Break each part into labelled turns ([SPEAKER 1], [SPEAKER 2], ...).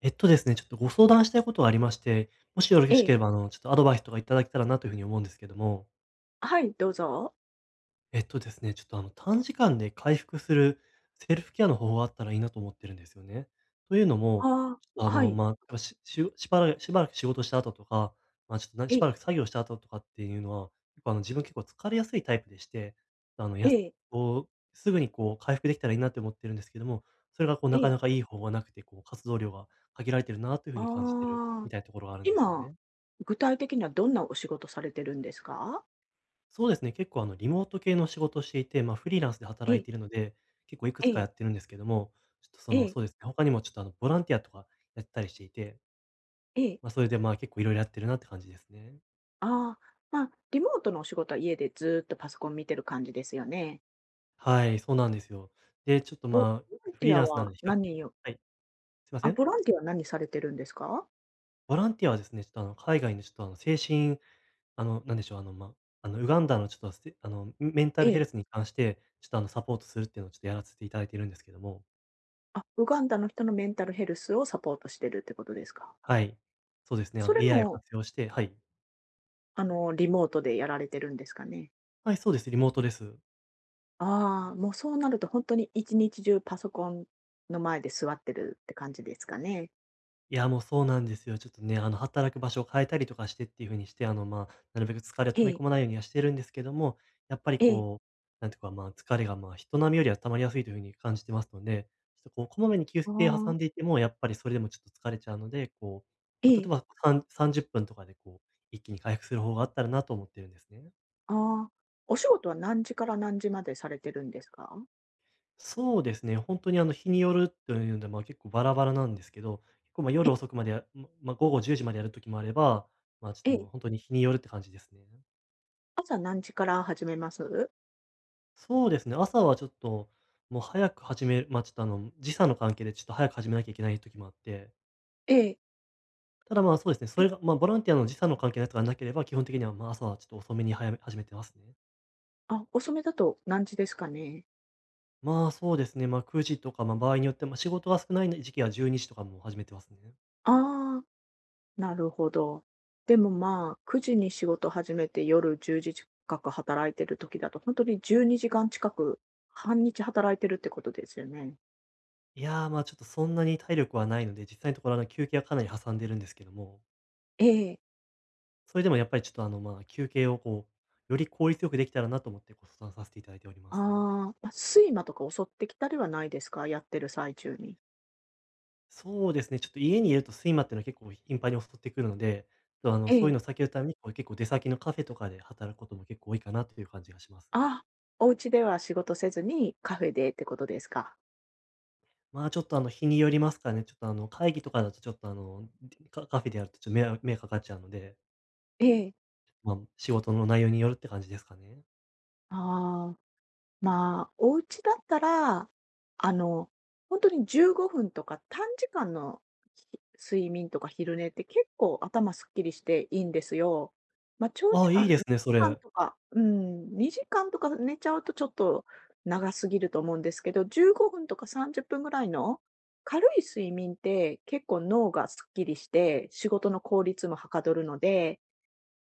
[SPEAKER 1] えっとですね、ちょっとご相談したいことがありまして、もしよろ
[SPEAKER 2] え
[SPEAKER 1] しけ
[SPEAKER 2] え。
[SPEAKER 1] れば、ちょっとアドバイスとかいただけたらなというふうに思うんですけども。
[SPEAKER 2] はい、どうぞ。
[SPEAKER 1] えっとですね、ちょっとあの短時間で回復するセルフケアの方法があったらいいなと思ってるんですよね。というのも、
[SPEAKER 2] ああ、
[SPEAKER 1] ちょっとあ
[SPEAKER 2] は
[SPEAKER 1] の、
[SPEAKER 2] い。
[SPEAKER 1] 例えばしばらく仕事した後とか、まあ、ちょっとなし
[SPEAKER 2] え、
[SPEAKER 1] ばらく作業した後とかっていうのは、結構自分結構疲れやすいタイプでして、あの
[SPEAKER 2] え
[SPEAKER 1] やす
[SPEAKER 2] え、
[SPEAKER 1] こうすぐにこう回復できたらいいなって思ってるんですけども、それがこう
[SPEAKER 2] え
[SPEAKER 1] なか
[SPEAKER 2] え。
[SPEAKER 1] なかいい方法がなくて、こう活動量が限られてるなというふうに感じてる
[SPEAKER 2] ああ、
[SPEAKER 1] みたいなところがあるんですよ
[SPEAKER 2] 今、
[SPEAKER 1] ね。
[SPEAKER 2] 具体的にはどんなお仕事されてるんですか？
[SPEAKER 1] そうですね、結構リモート系の仕事をしていて、まあ、フリーランスで働い
[SPEAKER 2] え、
[SPEAKER 1] ているので、結構いく
[SPEAKER 2] え
[SPEAKER 1] つかや
[SPEAKER 2] え、
[SPEAKER 1] ってるんですけども、ちょっとそ
[SPEAKER 2] え
[SPEAKER 1] の、
[SPEAKER 2] え、
[SPEAKER 1] そうですね、他にもちょっとあのボランティアとかやったりしていて、
[SPEAKER 2] ええ。
[SPEAKER 1] まあ、それでまあ結構いろいろやってるなって感じですね。
[SPEAKER 2] ああ、まあ、リモートのお仕事は家でずーっとパソコン見てる感じですよね。
[SPEAKER 1] はい、そうなんですよ。で、ちょっと
[SPEAKER 2] ボ
[SPEAKER 1] まあ、
[SPEAKER 2] ボラン
[SPEAKER 1] フ
[SPEAKER 2] テ
[SPEAKER 1] リ
[SPEAKER 2] ィ
[SPEAKER 1] ー
[SPEAKER 2] ア
[SPEAKER 1] ランスなの
[SPEAKER 2] は
[SPEAKER 1] で比較的
[SPEAKER 2] 何を
[SPEAKER 1] はい、すいませ
[SPEAKER 2] あ、
[SPEAKER 1] ん。
[SPEAKER 2] ボランティアは何されてるんですか？
[SPEAKER 1] ボランティアはですね、ちょっとあの海外のちょっとあの精神あのなんでしょう、あのまあ、あのウガンダのちょっとせあのメンタ
[SPEAKER 2] え
[SPEAKER 1] ルヘル
[SPEAKER 2] え。
[SPEAKER 1] スに関して、ちょっとあのサポートするっていうのをちょっとやらせていただいているんですけども、
[SPEAKER 2] あ、ウガンダの人のメンタルヘルスをサポートしてるってことですか？
[SPEAKER 1] はい。そうですね、あ
[SPEAKER 2] そ
[SPEAKER 1] の
[SPEAKER 2] れ
[SPEAKER 1] AI を
[SPEAKER 2] も、
[SPEAKER 1] 活用してはい。
[SPEAKER 2] あの、リモートでやられてるんですかね？
[SPEAKER 1] はい、そうです。リモートです。
[SPEAKER 2] ああ、もうそうなると本当に一日中パソコンの前で座ってるって感じですかね。
[SPEAKER 1] いや、もうそうなんですよ。ちょっとね、働く場所を変えたりとかしてっていう風にして、まあ、なるべく疲れを
[SPEAKER 2] え
[SPEAKER 1] 溜め
[SPEAKER 2] え、
[SPEAKER 1] 込まないようにはしてるんですけども、やっぱり
[SPEAKER 2] ええ、
[SPEAKER 1] こう、なんていうか、まあ、疲れが、まあ、人並みよりは溜まりやすいという風に感じてますので、ちょっとこう、こまめに休
[SPEAKER 2] あ
[SPEAKER 1] 憩挟
[SPEAKER 2] あ、
[SPEAKER 1] んでいても、やっぱりそれでもちょっと疲れちゃうので、こう、
[SPEAKER 2] え
[SPEAKER 1] まあ、例え
[SPEAKER 2] え、
[SPEAKER 1] ばさん30分とかでこう、一気に回復する方法があったらなと思ってるんですね。
[SPEAKER 2] ああ。お仕事は何時から何時までされてるんですか？
[SPEAKER 1] そうですね、本当に日によるというので、まあ、結構バラバラなんですけど、結構、ま、夜
[SPEAKER 2] え、
[SPEAKER 1] 遅くまでやままあ、午後10時までやる時もあれば、まあ、ちょっ
[SPEAKER 2] え
[SPEAKER 1] とも
[SPEAKER 2] え。
[SPEAKER 1] う本当に日によるって感じですね。
[SPEAKER 2] 朝何時から始めます？
[SPEAKER 1] そうですね、朝はちょっと、もう早く始めるまあ、ちょっとあの、時差の関係でちょっと早く始めなきゃいけない時もあって、
[SPEAKER 2] ええ、
[SPEAKER 1] ただ、ま、そうですね、そ
[SPEAKER 2] え、
[SPEAKER 1] れが、まあ、ボランティアの時差の関係のやつがなければ、基本的には、ま、朝はちょっと遅めに始めてますね。
[SPEAKER 2] あ、遅めだと何時ですかね？
[SPEAKER 1] まあ、そうですね、ま、9時とか、まあ、場合によって、まあ、仕事が少ない時期は12時とかも始めてますね。
[SPEAKER 2] ああ、なるほど。でも、まあ、9時に仕事始めて夜10時近く働いてる時だと、本当に12時間近く、半日働いてるってことですよね。
[SPEAKER 1] いやー、まあ、ちょっとそんなに体力はないので、実際のところ、休憩はかなり挟んでるんですけども、
[SPEAKER 2] ええ。
[SPEAKER 1] それでもやっぱりちょっと、まあ、休憩をこう、より効率よくできたらなと思ってご相談させていただいておりま
[SPEAKER 2] あ
[SPEAKER 1] す。
[SPEAKER 2] あ、ま、睡魔とか襲ってきたりはないですか？やってる最中に。
[SPEAKER 1] そうですね、ちょっと家にいると睡魔っていうのは結構頻繁に襲ってくるので、ちょっとあの、
[SPEAKER 2] え
[SPEAKER 1] そういう
[SPEAKER 2] え。
[SPEAKER 1] のを避けるために、こう、結構出先のカフェとかで働くことも結構多いかなという感じがします。
[SPEAKER 2] あ、お家では仕事せずにカフェでってことですか？
[SPEAKER 1] まあ、ちょっと、日によりますからね、ちょっと、会議とかだとちょっと、カフェでやるとちょっと目かかっちゃうので、
[SPEAKER 2] ええ。
[SPEAKER 1] まあ、仕事の内容によるって感じですかね。
[SPEAKER 2] ああ。まあ、お家だったら、あの、ほんに15分とか短時間のひ睡眠とか昼寝って結構頭すっきりしていいんですよ。まあ、長
[SPEAKER 1] あ
[SPEAKER 2] 時
[SPEAKER 1] あ、い
[SPEAKER 2] 間
[SPEAKER 1] いですね、
[SPEAKER 2] 2
[SPEAKER 1] そ
[SPEAKER 2] 時間
[SPEAKER 1] れ。
[SPEAKER 2] とか、うん、2時間とか寝ちゃうとちょっと長すぎると思うんですけど、15分とか30分ぐらいの軽い睡眠って結構脳がすっきりして、仕事の効率もはかどるので、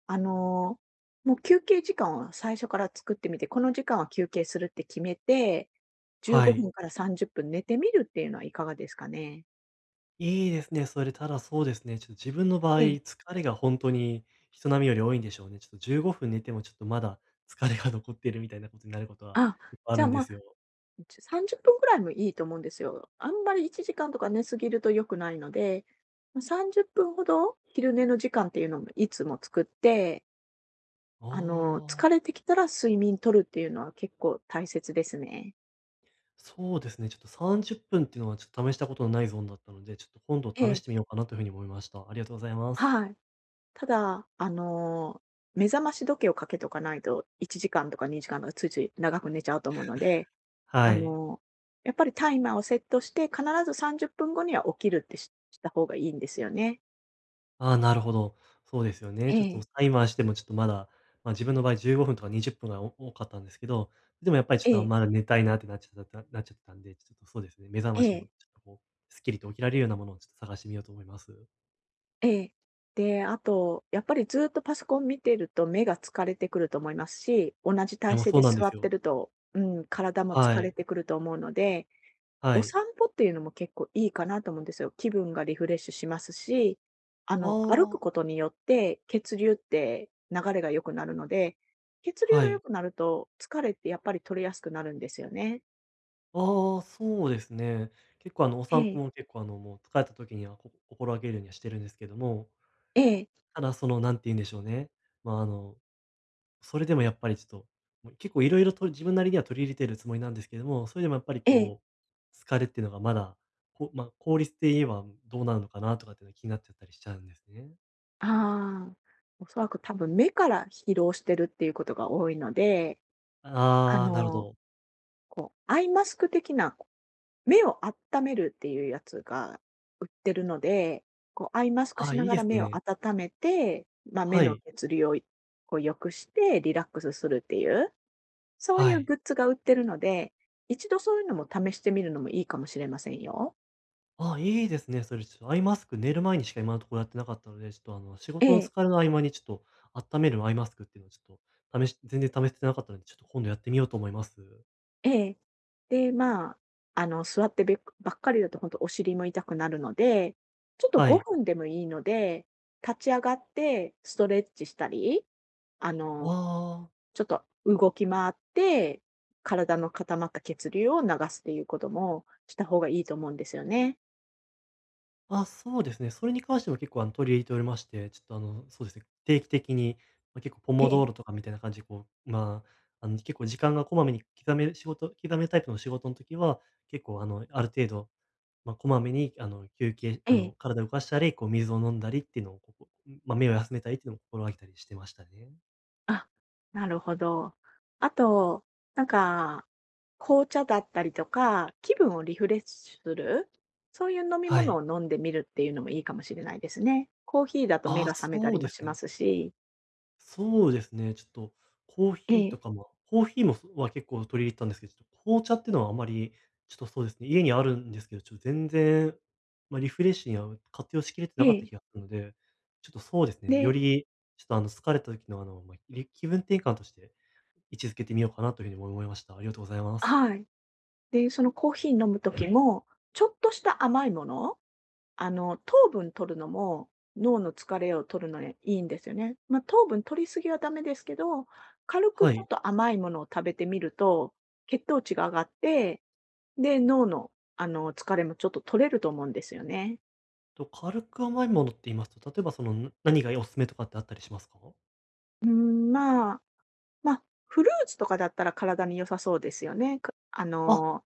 [SPEAKER 2] あの、もう休憩時間を最初から作ってみて、この時間は休憩するって決めて、15
[SPEAKER 1] はい。
[SPEAKER 2] 分から30分寝てみるっていうのはいかがですかね？
[SPEAKER 1] いいですね。それ、ただそうですね、ちょっと自分の場合、
[SPEAKER 2] ええ。
[SPEAKER 1] 疲れが本当に人並みより多いんでしょうね。ちょっと15分寝てもちょっとまだ疲れが残っているみたいなことになることは
[SPEAKER 2] あ、
[SPEAKER 1] 結構あ
[SPEAKER 2] じゃ
[SPEAKER 1] る
[SPEAKER 2] あ、
[SPEAKER 1] んで
[SPEAKER 2] まあ、
[SPEAKER 1] すよ。
[SPEAKER 2] 30分ぐらいもいいと思うんですよ。あんまり1時間とか寝すぎると良くないので、ま、30分ほど昼寝の時間っていうのもいつも作って、
[SPEAKER 1] あ
[SPEAKER 2] あの、
[SPEAKER 1] あ、
[SPEAKER 2] 疲れてきたら睡眠取るっていうのは結構大切ですね。
[SPEAKER 1] そうですね、ちょっと30分っぷんっていうのはちょっと試したことのないゾーンだったので、ちょっと今度
[SPEAKER 2] え
[SPEAKER 1] 試し
[SPEAKER 2] え、
[SPEAKER 1] てみようかなというふうに思いました。ありがとうございます。
[SPEAKER 2] はい。ただ、あの、目覚まし時計をかけとかないと、1時間とか2時間とかついつい長く寝ちゃうと思うので、あ
[SPEAKER 1] はい。
[SPEAKER 2] の、やっぱりタイマーをセットして、必ず30分後には起きるってした方がいいんですよね。
[SPEAKER 1] ああ、なるほど。そうですよ
[SPEAKER 2] え
[SPEAKER 1] ね。ちょっと
[SPEAKER 2] え。
[SPEAKER 1] タイマーしてもちょっとまだ、まあ、自分の場合15分とか20分が多かったんですけど、でもやっぱりちょ
[SPEAKER 2] え
[SPEAKER 1] っと
[SPEAKER 2] え、
[SPEAKER 1] まだ寝たいなってなっちゃったんで、ちょっとそうですね、目覚
[SPEAKER 2] え
[SPEAKER 1] ましも
[SPEAKER 2] え、
[SPEAKER 1] ちょっとこう、すっきりと起きられるようなものをちょっと探してみようと思います。
[SPEAKER 2] ええ。で、あと、やっぱりずっとパソコン見てると目が疲れてくると思いますし、同じ
[SPEAKER 1] いや、
[SPEAKER 2] 体
[SPEAKER 1] もう
[SPEAKER 2] 勢
[SPEAKER 1] そ
[SPEAKER 2] で
[SPEAKER 1] うなんで
[SPEAKER 2] 座
[SPEAKER 1] す
[SPEAKER 2] って
[SPEAKER 1] よ。
[SPEAKER 2] ると、うん、体も
[SPEAKER 1] は
[SPEAKER 2] 疲れ
[SPEAKER 1] い。
[SPEAKER 2] てくると思うので、
[SPEAKER 1] は
[SPEAKER 2] お
[SPEAKER 1] い。
[SPEAKER 2] 散歩っていうのも結構いいかなと思うんですよ。気分がリフレッシュしますし、あ
[SPEAKER 1] あ
[SPEAKER 2] の、歩く
[SPEAKER 1] あ、
[SPEAKER 2] ことによって血流って流れが良くなるので、血流
[SPEAKER 1] は
[SPEAKER 2] が良
[SPEAKER 1] い。
[SPEAKER 2] くなると疲れってやっぱり取れやすくなるんですよね。
[SPEAKER 1] ああ、そうですね。結構お
[SPEAKER 2] え
[SPEAKER 1] 散歩
[SPEAKER 2] え、
[SPEAKER 1] も結構もう疲れた時には心がけるようにはしてるんですけども、
[SPEAKER 2] ええ、
[SPEAKER 1] ただその、なんて言うんでしょうね、まあ、あのそれでもやっぱりちょっと、もう結構いろいろと自分なりには取り入れてるつもりなんですけども、それでもやっぱり
[SPEAKER 2] ええ。
[SPEAKER 1] こう、疲れっていうのがまだ、こう、まあ、効率で言えばどうなるのかなとかっていうのが気になっちゃったりしちゃうんですね。
[SPEAKER 2] ああ、おそらく多分目から疲労してるっていうことが多いので、あ
[SPEAKER 1] ああ、なるほ
[SPEAKER 2] の、
[SPEAKER 1] ど。
[SPEAKER 2] こう、アイマスク的な、目を温めるっていうやつが売ってるので、こうアイマスク
[SPEAKER 1] あ
[SPEAKER 2] し
[SPEAKER 1] あ、
[SPEAKER 2] な
[SPEAKER 1] いい
[SPEAKER 2] が
[SPEAKER 1] で
[SPEAKER 2] ら
[SPEAKER 1] す
[SPEAKER 2] 目を
[SPEAKER 1] ね。
[SPEAKER 2] 温めて、まあ、目
[SPEAKER 1] は
[SPEAKER 2] の
[SPEAKER 1] い、
[SPEAKER 2] 血流をこう良くしてリラックスするっていう、そうい
[SPEAKER 1] は
[SPEAKER 2] う
[SPEAKER 1] い。
[SPEAKER 2] グッズが売ってるので、一度そういうのも試してみるのもいいかもしれませんよ。
[SPEAKER 1] ああ、いいですね。それちょっとアイマスク、寝る前にしか今のところやってなかったので、ちょっとあの仕
[SPEAKER 2] え
[SPEAKER 1] 事の
[SPEAKER 2] え、
[SPEAKER 1] 疲れの合間にちょっと温めるアイマスクっていうのをちょっと試し全然試してなかったので、ちょっと今度やってみようと思います。
[SPEAKER 2] ええ。で、まあ、あの、座ってべばっかりだと本当お尻も痛くなるので、ちょっと
[SPEAKER 1] はい。
[SPEAKER 2] 5分でもいいので、立ち上がってストレッチしたり、あ
[SPEAKER 1] わ
[SPEAKER 2] の、
[SPEAKER 1] あ。
[SPEAKER 2] ちょっと動き回って、体の固まった血流を流すっていうこともした方がいいと思うんですよね。
[SPEAKER 1] あ、そうですね。それに関しても結構、取り入れておりまして、ちょっと、そうですね、定期的に、まあ、結構ポ
[SPEAKER 2] え
[SPEAKER 1] モドーロ
[SPEAKER 2] え。
[SPEAKER 1] とかみたいな感じで、こう、まあ、結構時間がこまめに刻める仕事刻めタイプの仕事の時は、結構、ある程度、まあ、こまめに、休憩
[SPEAKER 2] え
[SPEAKER 1] あの、
[SPEAKER 2] え。
[SPEAKER 1] 体を動かしたり、こう、水を飲んだりっていうのを、まあ、目を休めたりっていうのを心がけたりしてましたね。
[SPEAKER 2] あ、なるほど。あと、なんか、紅茶だったりとか、気分をリフレッシュする、そういう飲み
[SPEAKER 1] は
[SPEAKER 2] 物
[SPEAKER 1] い。
[SPEAKER 2] を飲んでみるっていうのもいいかもしれないですね。コーヒーだと目
[SPEAKER 1] ああ、
[SPEAKER 2] が覚めた
[SPEAKER 1] そう
[SPEAKER 2] り
[SPEAKER 1] で
[SPEAKER 2] も
[SPEAKER 1] す
[SPEAKER 2] しま
[SPEAKER 1] ね。
[SPEAKER 2] すし。
[SPEAKER 1] そうですね、ちょっとコー
[SPEAKER 2] え
[SPEAKER 1] ヒーと
[SPEAKER 2] え、
[SPEAKER 1] かまあコーヒーもそは結構取り入れてたんですけど、ちょっと紅茶っていうのはあまり、ちょっとそうですね、家にあるんですけど、ちょっと全然、まあ、リフレッシュには活用しきれて
[SPEAKER 2] え
[SPEAKER 1] なかった
[SPEAKER 2] え。
[SPEAKER 1] 気がするので、ちょっとそうですね、よ
[SPEAKER 2] で、
[SPEAKER 1] りちょっとあの疲れた時の気分転換として位置づけてみようかなというふうにも思いました。ありがとうございます。
[SPEAKER 2] はい。で、そのコーヒー飲むときも、ちょっとした甘いもの、あの、糖分取るのも、脳の疲れを取るのにいいんですよね。まあ、糖分取りすぎはダメですけど、軽く
[SPEAKER 1] は
[SPEAKER 2] ちょっ
[SPEAKER 1] い。
[SPEAKER 2] と甘いものを食べてみると、血糖値が上がって、で、脳の、あの、疲れもちょっと取れると思うんですよね。
[SPEAKER 1] と、軽く甘いものって言いますと、例えばその、何がおすすめとかってあったりしますか？
[SPEAKER 2] うーん、まあ、まあ、フルーツとかだったら体に良さそうですよね。か、あ
[SPEAKER 1] あ、
[SPEAKER 2] の、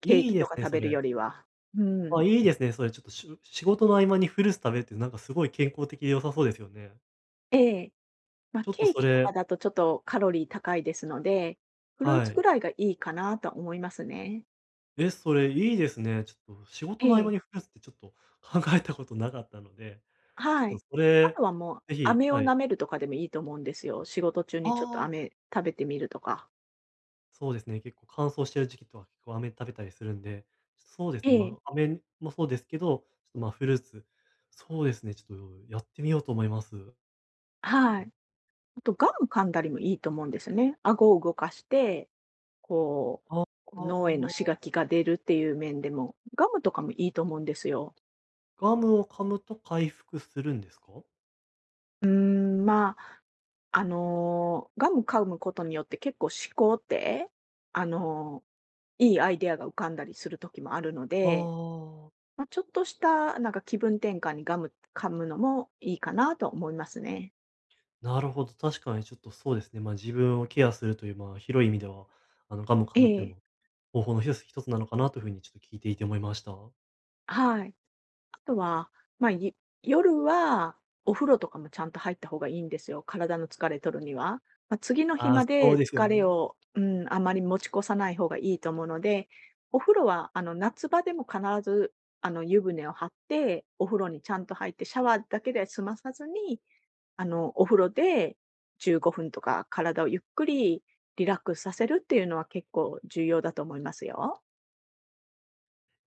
[SPEAKER 2] ケー
[SPEAKER 1] いい
[SPEAKER 2] キ
[SPEAKER 1] で
[SPEAKER 2] と
[SPEAKER 1] す
[SPEAKER 2] か
[SPEAKER 1] ね、
[SPEAKER 2] 食
[SPEAKER 1] そ
[SPEAKER 2] べるよ
[SPEAKER 1] れ。
[SPEAKER 2] りは。う
[SPEAKER 1] あ、
[SPEAKER 2] ん。
[SPEAKER 1] いいですね。それちょっと、仕事の合間にフルーツ食べるってなんかすごい健康的で良さそうですよね。
[SPEAKER 2] ええ。まあ、
[SPEAKER 1] ちょっと
[SPEAKER 2] ケー
[SPEAKER 1] そ
[SPEAKER 2] キとか
[SPEAKER 1] れ
[SPEAKER 2] だとちょっとカロリー高いですので、フルー
[SPEAKER 1] は
[SPEAKER 2] ツぐ
[SPEAKER 1] い。
[SPEAKER 2] らいがいいかなと思いますね。
[SPEAKER 1] え、それいいですね。ちょっと仕事
[SPEAKER 2] え
[SPEAKER 1] の合間
[SPEAKER 2] え、
[SPEAKER 1] にフルーツってちょっと考えたことなかったので、ち
[SPEAKER 2] は
[SPEAKER 1] ょっ
[SPEAKER 2] い。
[SPEAKER 1] とそ
[SPEAKER 2] あ
[SPEAKER 1] れ、
[SPEAKER 2] とはもう、
[SPEAKER 1] ぜひ
[SPEAKER 2] 飴を
[SPEAKER 1] は
[SPEAKER 2] 舐
[SPEAKER 1] い。
[SPEAKER 2] めるとかでもいいと思うんですよ。仕事中にちょっと
[SPEAKER 1] ああ、
[SPEAKER 2] 飴食べてみるとか。
[SPEAKER 1] そうですね、結構乾燥してる時期とか結構飴食べたりするんで、そうです
[SPEAKER 2] え
[SPEAKER 1] ね、
[SPEAKER 2] え、
[SPEAKER 1] まあ、飴もそうですけど、ちょっとま、フルーツ、そうですね、ちょっとやってみようと思います。
[SPEAKER 2] はい。あとガム噛んだりもいいと思うんですよね。顎を動かして、こう、
[SPEAKER 1] あ
[SPEAKER 2] こう脳
[SPEAKER 1] あ
[SPEAKER 2] への刺
[SPEAKER 1] ー、
[SPEAKER 2] 激が出るっていう面でも、ガムとかもいいと思うんですよ。
[SPEAKER 1] ガムを噛むと回復するんですか？
[SPEAKER 2] うーん、まあ、あの、ガム噛むことによって結構思考って、あの、いいアイデアが浮かんだりする時もあるの
[SPEAKER 1] あ
[SPEAKER 2] で、
[SPEAKER 1] あ、
[SPEAKER 2] まあ、ちょっとしたなんか気分転換にガム噛むのもいいかなと思いますね。
[SPEAKER 1] なるほど、確かにちょっとそうですね。まあ、自分をケアするという、まあ、広い意味では、ガムを噛
[SPEAKER 2] え
[SPEAKER 1] むっていうの
[SPEAKER 2] え、
[SPEAKER 1] も方法の一つなのかなというふうにちょっと聞いていて思いました。
[SPEAKER 2] はい。あとは、まあ、夜はお風呂とかもちゃんと入った方がいいんですよ、体の疲れ取るには。まあ、次の日
[SPEAKER 1] ああ、
[SPEAKER 2] ま
[SPEAKER 1] そ
[SPEAKER 2] で
[SPEAKER 1] うですよ
[SPEAKER 2] 疲れ
[SPEAKER 1] ね。
[SPEAKER 2] を、うん、あまり持ち越さない方がいいと思うので、お風呂はあの、夏場でも必ず、あの、湯船を張って、お風呂にちゃんと入ってシャワーだけで済まさずに、あの、お風呂で15分とか体をゆっくりリラックスさせるっていうのは結構重要だと思いますよ。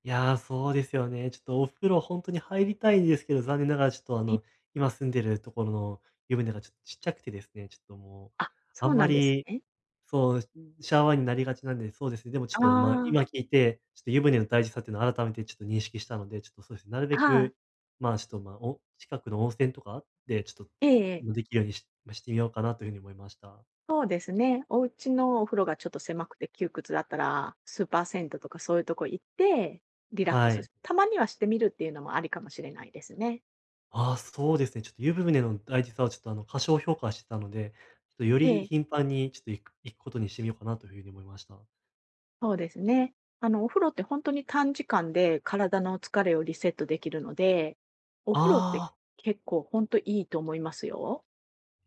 [SPEAKER 1] いやー、そうですよね。ちょっとお風呂本当に入りたいんですけど、残念ながらちょっと、
[SPEAKER 2] え、
[SPEAKER 1] 今住んでるところの湯船がちょっとちっちゃくてですね、ちょっともう、
[SPEAKER 2] あ。
[SPEAKER 1] あ
[SPEAKER 2] そう
[SPEAKER 1] ん
[SPEAKER 2] な
[SPEAKER 1] ま
[SPEAKER 2] んです
[SPEAKER 1] り
[SPEAKER 2] ね。
[SPEAKER 1] そう、ャワーになりがちなんで、そうですね。でもちょっ
[SPEAKER 2] あ
[SPEAKER 1] と、まあ、今
[SPEAKER 2] あ、
[SPEAKER 1] 聞いて、ちょっと湯船の大事さっていうのを改めてちょっと認識したので、ちょっとそうですね、なるべ
[SPEAKER 2] はい。
[SPEAKER 1] く、まあ、ちょっと、まあ、お近くの温泉とかで、ちょっと、
[SPEAKER 2] ええ、ええ。
[SPEAKER 1] できるようにしましてみようかなというふうに思いました。
[SPEAKER 2] そうですね。お家のお風呂がちょっと狭くて窮屈だったら、スーパー銭湯とかそういうとこ行って、リラック
[SPEAKER 1] は
[SPEAKER 2] ス
[SPEAKER 1] い。
[SPEAKER 2] したまにはしてみるっていうのもありかもしれないですね。
[SPEAKER 1] ああ、そうですね。ちょっと湯船の大事さをちょっと、過小評価してたので、ちょっとよ
[SPEAKER 2] え
[SPEAKER 1] り
[SPEAKER 2] え。
[SPEAKER 1] 頻繁にちょっと行くことにしてみようかなというふうに思いました。あ
[SPEAKER 2] そうですね。あの、お風呂って本当に短時間で体の疲れをリセットできるので、お風呂って
[SPEAKER 1] あ。
[SPEAKER 2] 結構本当いいと思いますよ。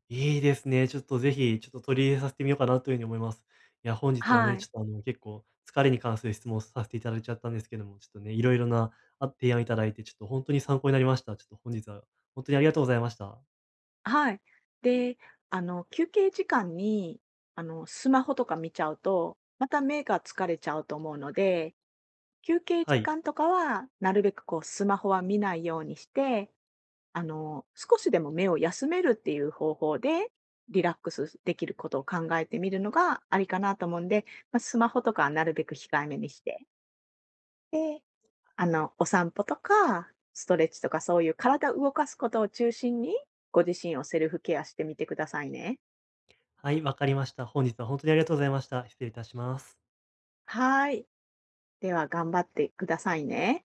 [SPEAKER 1] いいですね。ちょっとぜひ、ちょっと取り入れさせてみようかなというふうに思います。いや、本日は
[SPEAKER 2] は
[SPEAKER 1] ね、ち
[SPEAKER 2] い。
[SPEAKER 1] ょっとあの、結構疲れに関する質問をさせていただいちゃったんですけども、ちょっとね、いろいろな、あ、提案いただいて、ちょっと本当に参考になりました。ちょっと本日は本当にありがとうございました。
[SPEAKER 2] はい。で、あの、休憩時間に、あの、スマホとか見ちゃうと、また目が疲れちゃうと思うので、休憩
[SPEAKER 1] は
[SPEAKER 2] 時
[SPEAKER 1] い。
[SPEAKER 2] 間とかは、なるべくこうスマホは見ないようにして、あの、少しでも目を休めるっていう方法で、リラックスできることを考えてみるのがありかなと思うんで、まあ、スマホとかはなるべく控えめにして、で、あの、お散歩とか、ストレッチとかそういう体を動かすことを中心に、ご自身をセルフケアしてみてくださいね。
[SPEAKER 1] はい、わかりました。本日は本当にありがとうございました。失礼いたします。
[SPEAKER 2] はい。では頑張ってくださいね。